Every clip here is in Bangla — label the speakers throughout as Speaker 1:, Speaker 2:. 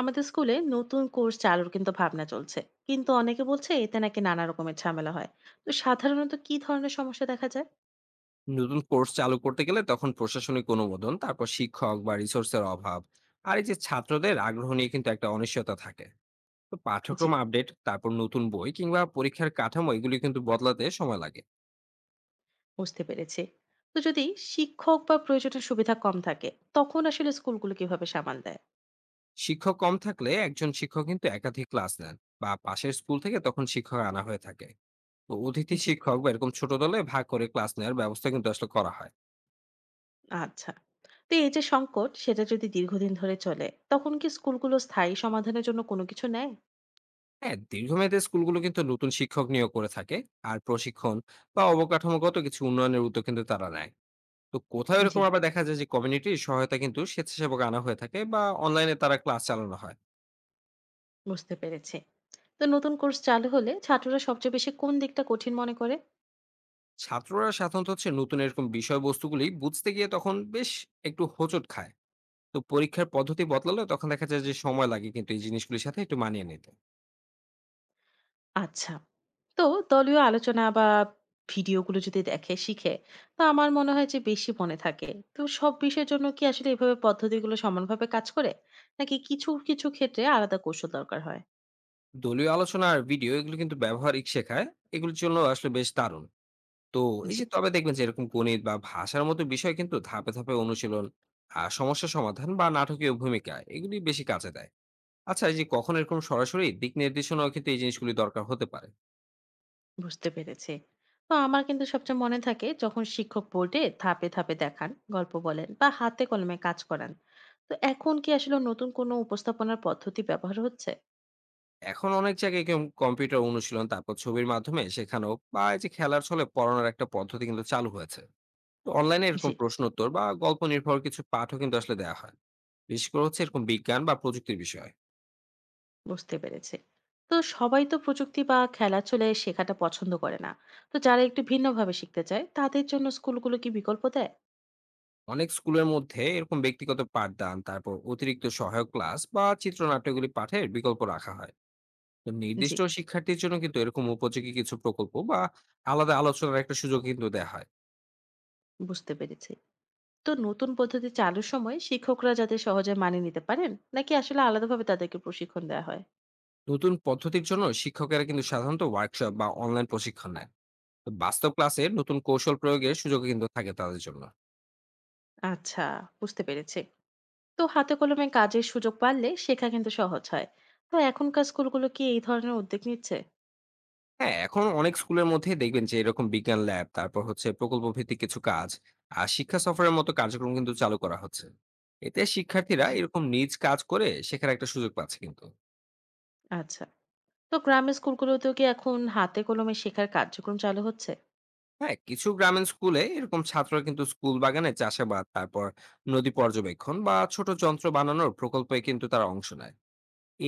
Speaker 1: আমাদের স্কুলে নতুন কোর্স চালুর কিন্তু ভাবনা চলছে। কিন্তু অনেকে বলছে এতে নাকি নানা রকমের ঝামেলা হয়। তো সাধারণত কি ধরনের সমস্যা দেখা যায়?
Speaker 2: নতুন কোর্স চালু করতে গেলে তখন প্রশাসনিক অনুমোদন, তারপর শিক্ষক বা রিসোর্সের অভাব, আর এই যে ছাত্রদের আগ্রহ নিয়ে কিন্তু একটা অনিশ্চয়তা থাকে। তো
Speaker 1: জি,
Speaker 2: পাঠ্যক্রম আপডেট, তারপর নতুন বই কিংবা পরীক্ষার কাঠামো, এগুলি কিন্তু বদলাতে সময় লাগে।
Speaker 1: বুঝতে পেরেছি। তো যদি শিক্ষক বা প্রয়োজনের সুবিধা কম থাকে, তখন আসলে স্কুলগুলো কিভাবে সামাল দেয়?
Speaker 2: শিক্ষক কম থাকলে একজন শিক্ষক কিন্তু একাধিক ক্লাস নেন, বা পাশের স্কুল থেকে তখন শিক্ষক আনা হয়ে থাকে। তো অতিথি
Speaker 1: জি,
Speaker 2: শিক্ষক বা এরকম ছোট দলে ভাগ করে ক্লাস নেওয়ার ব্যবস্থা কিন্তু আসলে করা হয়।
Speaker 1: আচ্ছা। তো এই যে সংকট সেটা যদি দীর্ঘদিন ধরে চলে, তখন কি স্কুলগুলো স্থায়ী সমাধানের জন্য কোনো কিছু নেয়?
Speaker 2: হ্যাঁ, দীর্ঘমেয়াদে স্কুলগুলো কিন্তু নতুন শিক্ষক নিয়োগ করে থাকে, আর প্রশিক্ষণ বা অবকাঠামোগত কিছু উন্নয়নের উদ্যোগ কিন্তু তারা নেয়। তো কোথাও
Speaker 1: জি,
Speaker 2: এরকম আবার দেখা যায় যে কমিউনিটির সহায়তা কিন্তু স্বেচ্ছাসেবক আনা হয়ে থাকে, বা অনলাইনে তারা ক্লাস চালানো হয়।
Speaker 1: বুঝতে পেরেছি। তো নতুন কোর্স চালু হলে ছাত্ররা সবচেয়ে বেশি কোন দিকটা কঠিন মনে করে?
Speaker 2: ছাত্ররা সাধারণত হচ্ছে নতুন এরকম বিষয়বস্তুগুলি বুঝতে গিয়ে তখন বেশ একটু হোঁচট খায়। তো পরীক্ষার পদ্ধতি বদলালে তখন দেখা যায় যে সময় লাগে কিন্তু এই জিনিসগুলির সাথে একটু মানিয়ে নিতে।
Speaker 1: আচ্ছা। তো দলীয় আলোচনা বা ভিডিওগুলো যদি দেখে, শিখে, তো আমার মনে হয় যে বেশি মনে থাকে। তো সব বিষয়ের জন্য কি আসলে এভাবে পদ্ধতিগুলো সমানভাবে কাজ করে? নাকি কিছু ক্ষেত্রে আলাদা কৌশল দরকার হয়?
Speaker 2: দলীয় আলোচনা আর ভিডিও এগুলো কিন্তু ব্যবহারিক শেখায়, এগুলোর জন্য আসলে বেশ দারুণ। তো এই
Speaker 1: জি,
Speaker 2: যে তবে দেখবেন যে এরকম গণিত বা ভাষার মতো বিষয় কিন্তু ধাপে ধাপে অনুশীলন আর সমস্যা সমাধান বা নাটকীয় ভূমিকা এগুলি বেশি কাজে দেয়। আচ্ছা, এই যে কখন এরকম সরাসরি দিক নির্দেশনাও কিন্তু এই জিনিসগুলি দরকার হতে পারে।
Speaker 1: বুঝতে পেরেছি। তো আমার কিন্তু সবচেয়ে মনে থাকে যখন শিক্ষক বোর্ডে ধাপে দেখান, গল্প বলেন বা হাতে কলমে কাজ করান। তো এখন কি আসলে নতুন কোনো উপস্থাপনার পদ্ধতি ব্যবহার হচ্ছে?
Speaker 2: এখন অনেক জায়গায় কেউ কম্পিউটার অনুশীলন, তারপর ছবির মাধ্যমে শেখানো বা এই যে খেলার ছলে পড়ানোর একটা পদ্ধতি কিন্তু চালু হয়েছে। তো অনলাইনে
Speaker 1: জি।
Speaker 2: এরকম প্রশ্ন উত্তর বা গল্প নির্ভর কিছু পাঠও কিন্তু আসলে দেওয়া হয়। বিশেষ করে হচ্ছে এরকম বিজ্ঞান বা প্রযুক্তির বিষয়।
Speaker 1: বুঝতে পেরেছি। তো সবাই তো প্রযুক্তি বা খেলা চলে শেখাটা পছন্দ করে না। তো যারা একটু ভিন্নভাবে শিখতে চায় তাদের জন্য স্কুলগুলো কি বিকল্প দেয়?
Speaker 2: অনেক স্কুলের মধ্যে এরকম ব্যক্তিগত পাঠদান, তারপর অতিরিক্ত সহায়ক ক্লাস বা চিত্রনাট্যগুলি পাঠের বিকল্প রাখা হয়। তো
Speaker 1: জি,
Speaker 2: নির্দিষ্ট শিক্ষার্থীর জন্য কিন্তু এরকম উপযোগী কিছু প্রকল্প বা আলাদা আলোচনার একটা সুযোগ কিন্তু দেওয়া হয়।
Speaker 1: বুঝতে পেরেছি। তো নতুন পদ্ধতি চালুর সময় শিক্ষকরা যাতে সহজে মানিয়ে নিতে পারেন, নাকি আসলে আলাদাভাবে তাদেরকে প্রশিক্ষণ দেওয়া হয়?
Speaker 2: নতুন পদ্ধতির জন্য শিক্ষকেরা কিন্তু সাধারণত ওয়ার্কশপ বা অনলাইন প্রশিক্ষণ নেয়। তো বাস্তব ক্লাসে নতুন কৌশল প্রয়োগের সুযোগ কিন্তু থাকে তাদের জন্য।
Speaker 1: আচ্ছা, বুঝতে পেরেছি। তো হাতে কলমে কাজের সুযোগ বাড়লে শেখা কিন্তু সহজ হয়। তো এখনকার স্কুলগুলো কি এই ধরনের উদ্যোগ নিচ্ছে?
Speaker 2: হ্যাঁ, এখন অনেক স্কুলের মধ্যে দেখবেন যে এরকম বিজ্ঞান ল্যাব, তারপর হচ্ছে প্রকল্প ভিত্তিক কিছু কাজ আর শিক্ষা সফরের মতো কার্যক্রম কিন্তু চালু করা হচ্ছে। এতে শিক্ষার্থীরা
Speaker 1: জি,
Speaker 2: এরকম নিজ কাজ করে শেখার একটা সুযোগ পাচ্ছে কিন্তু।
Speaker 1: আচ্ছা। তো গ্রামের স্কুলগুলোতেও কি এখন হাতে কলমে শেখার কার্যক্রম চালু হচ্ছে?
Speaker 2: হ্যাঁ, কিছু গ্রামীণ স্কুলে এরকম ছাত্ররা কিন্তু স্কুল বাগানে চাষাবাদ, তারপর নদী পর্যবেক্ষণ বা ছোট যন্ত্র বানানোর প্রকল্পে কিন্তু তারা অংশ নেয়।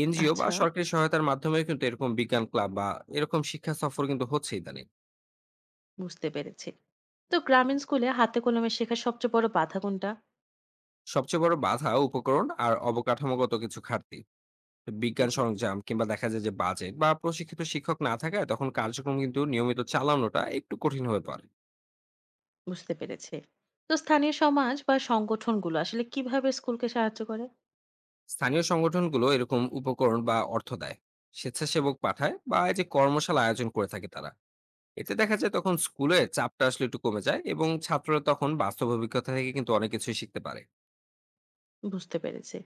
Speaker 2: এনজিও বা
Speaker 1: আচ্ছা।
Speaker 2: সরকারি সহায়তার মাধ্যমে কিন্তু এরকম বিজ্ঞান ক্লাব বা এরকম শিক্ষা সফর কিন্তু হচ্ছে ইদানিং।
Speaker 1: বুঝতে পেরেছি। তো গ্রামীণ স্কুলে হাতে কলমে শেখার সবচেয়ে বড় বাধা কোনটা?
Speaker 2: সবচেয়ে বড় বাধা উপকরণ আর অবকাঠামোগত কিছু ঘাটতি। বিজ্ঞান
Speaker 1: জি,
Speaker 2: সরঞ্জাম কিংবা দেখা যায় যে বাজেট বা প্রশিক্ষিত শিক্ষক না থাকায় তখন কার্যক্রম কিন্তু নিয়মিত চালানোটা একটু কঠিন হয়ে পড়ে।
Speaker 1: বুঝতে পেরেছি। তো স্থানীয় সমাজ বা সংগঠনগুলো আসলে কিভাবে স্কুলকে সাহায্য করে?
Speaker 2: স্থানীয় সংগঠনগুলো এরকম উপকরণ বা অর্থ দেয়, স্বেচ্ছাসেবক পাঠায় বা এই যে কর্মশালা আয়োজন করে থাকে তারা। এতে দেখা যায় তখন স্কুলে চাপটা আসলে একটু কমে যায়, এবং ছাত্ররা তখন বাস্তব অভিজ্ঞতা থেকে কিন্তু অনেক কিছুই শিখতে পারে।
Speaker 1: বুঝতে পেরেছি।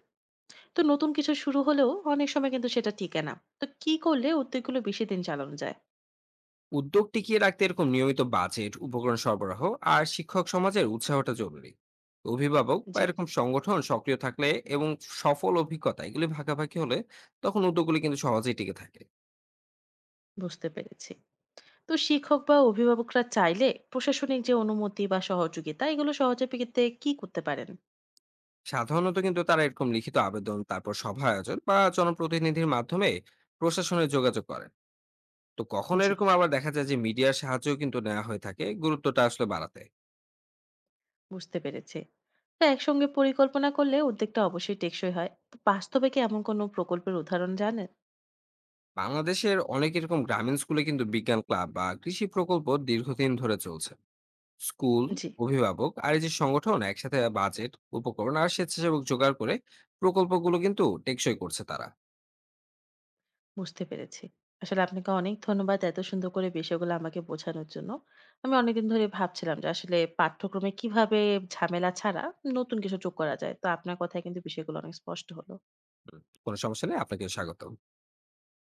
Speaker 1: তো নতুন কিছু শুরু হলেও অনেক সময় কিন্তু সেটা টিকে না। তো কি করলে উদ্যোগগুলো বেশি দিন চালানো যায়?
Speaker 2: উদ্যোগ টিকিয়ে রাখতে এরকম নিয়মিত বাজেট, উপকরণ সরবরাহ আর শিক্ষক সমাজের উৎসাহটা জরুরি। অভিভাবক বা
Speaker 1: জি,
Speaker 2: এরকম সংগঠন সক্রিয় থাকলে এবং সফল অভিজ্ঞতা এগুলি ভাগাভাগি হলে তখন উদ্যোগগুলি কিন্তু সহজেই টিকে থাকে।
Speaker 1: বুঝতে পেরেছি। তো শিক্ষক বা অভিভাবকরা চাইলে প্রশাসনিক যে অনুমতি বা সহযোগিতা এগুলো সহজে পেতে কি করতে পারেন?
Speaker 2: সাধারণত কিন্তু তারা এরকম লিখিত আবেদন, তারপর সভা আয়োজন বা জনপ্রতিনিধির মাধ্যমে প্রশাসনে যোগাযোগ করেন। তো কখনো
Speaker 1: জি।
Speaker 2: এরকম আবার দেখা যায় যে মিডিয়ার সাহায্যও কিন্তু নেওয়া হয়ে থাকে গুরুত্বটা আসলে বাড়াতে।
Speaker 1: বুঝতে পেরেছি। তো একসঙ্গে পরিকল্পনা করলে উদ্যোগটা অবশ্যই টেকসই হয়। তো বাস্তবে কি এমন কোনো প্রকল্পের উদাহরণ জানেন?
Speaker 2: বাংলাদেশের অনেক এরকম গ্রামীণ স্কুলে কিন্তু বিজ্ঞান ক্লাব বা কৃষি প্রকল্প দীর্ঘদিন ধরে চলছে। স্কুল,
Speaker 1: জি,
Speaker 2: অভিভাবক আর এই যে সংগঠন একসাথে বাজেট, উপকরণ আর স্বেচ্ছাসেবক জোগাড় করে প্রকল্পগুলো কিন্তু টেকসই করছে তারা।
Speaker 1: বুঝতে পেরেছি। আসলে আপনাকে অনেক ধন্যবাদ এত সুন্দর করে বিষয়গুলো আমাকে বোঝানোর জন্য। আমি অনেকদিন ধরে ভাবছিলাম যে আসলে পাঠ্যক্রমে কিভাবে ঝামেলা ছাড়া নতুন কিছু যোগ করা যায়। তো আপনার কথায় কিন্তু বিষয়গুলো অনেক স্পষ্ট হলো।
Speaker 2: হুম, কোনো সমস্যা নেই, আপনাকে স্বাগত।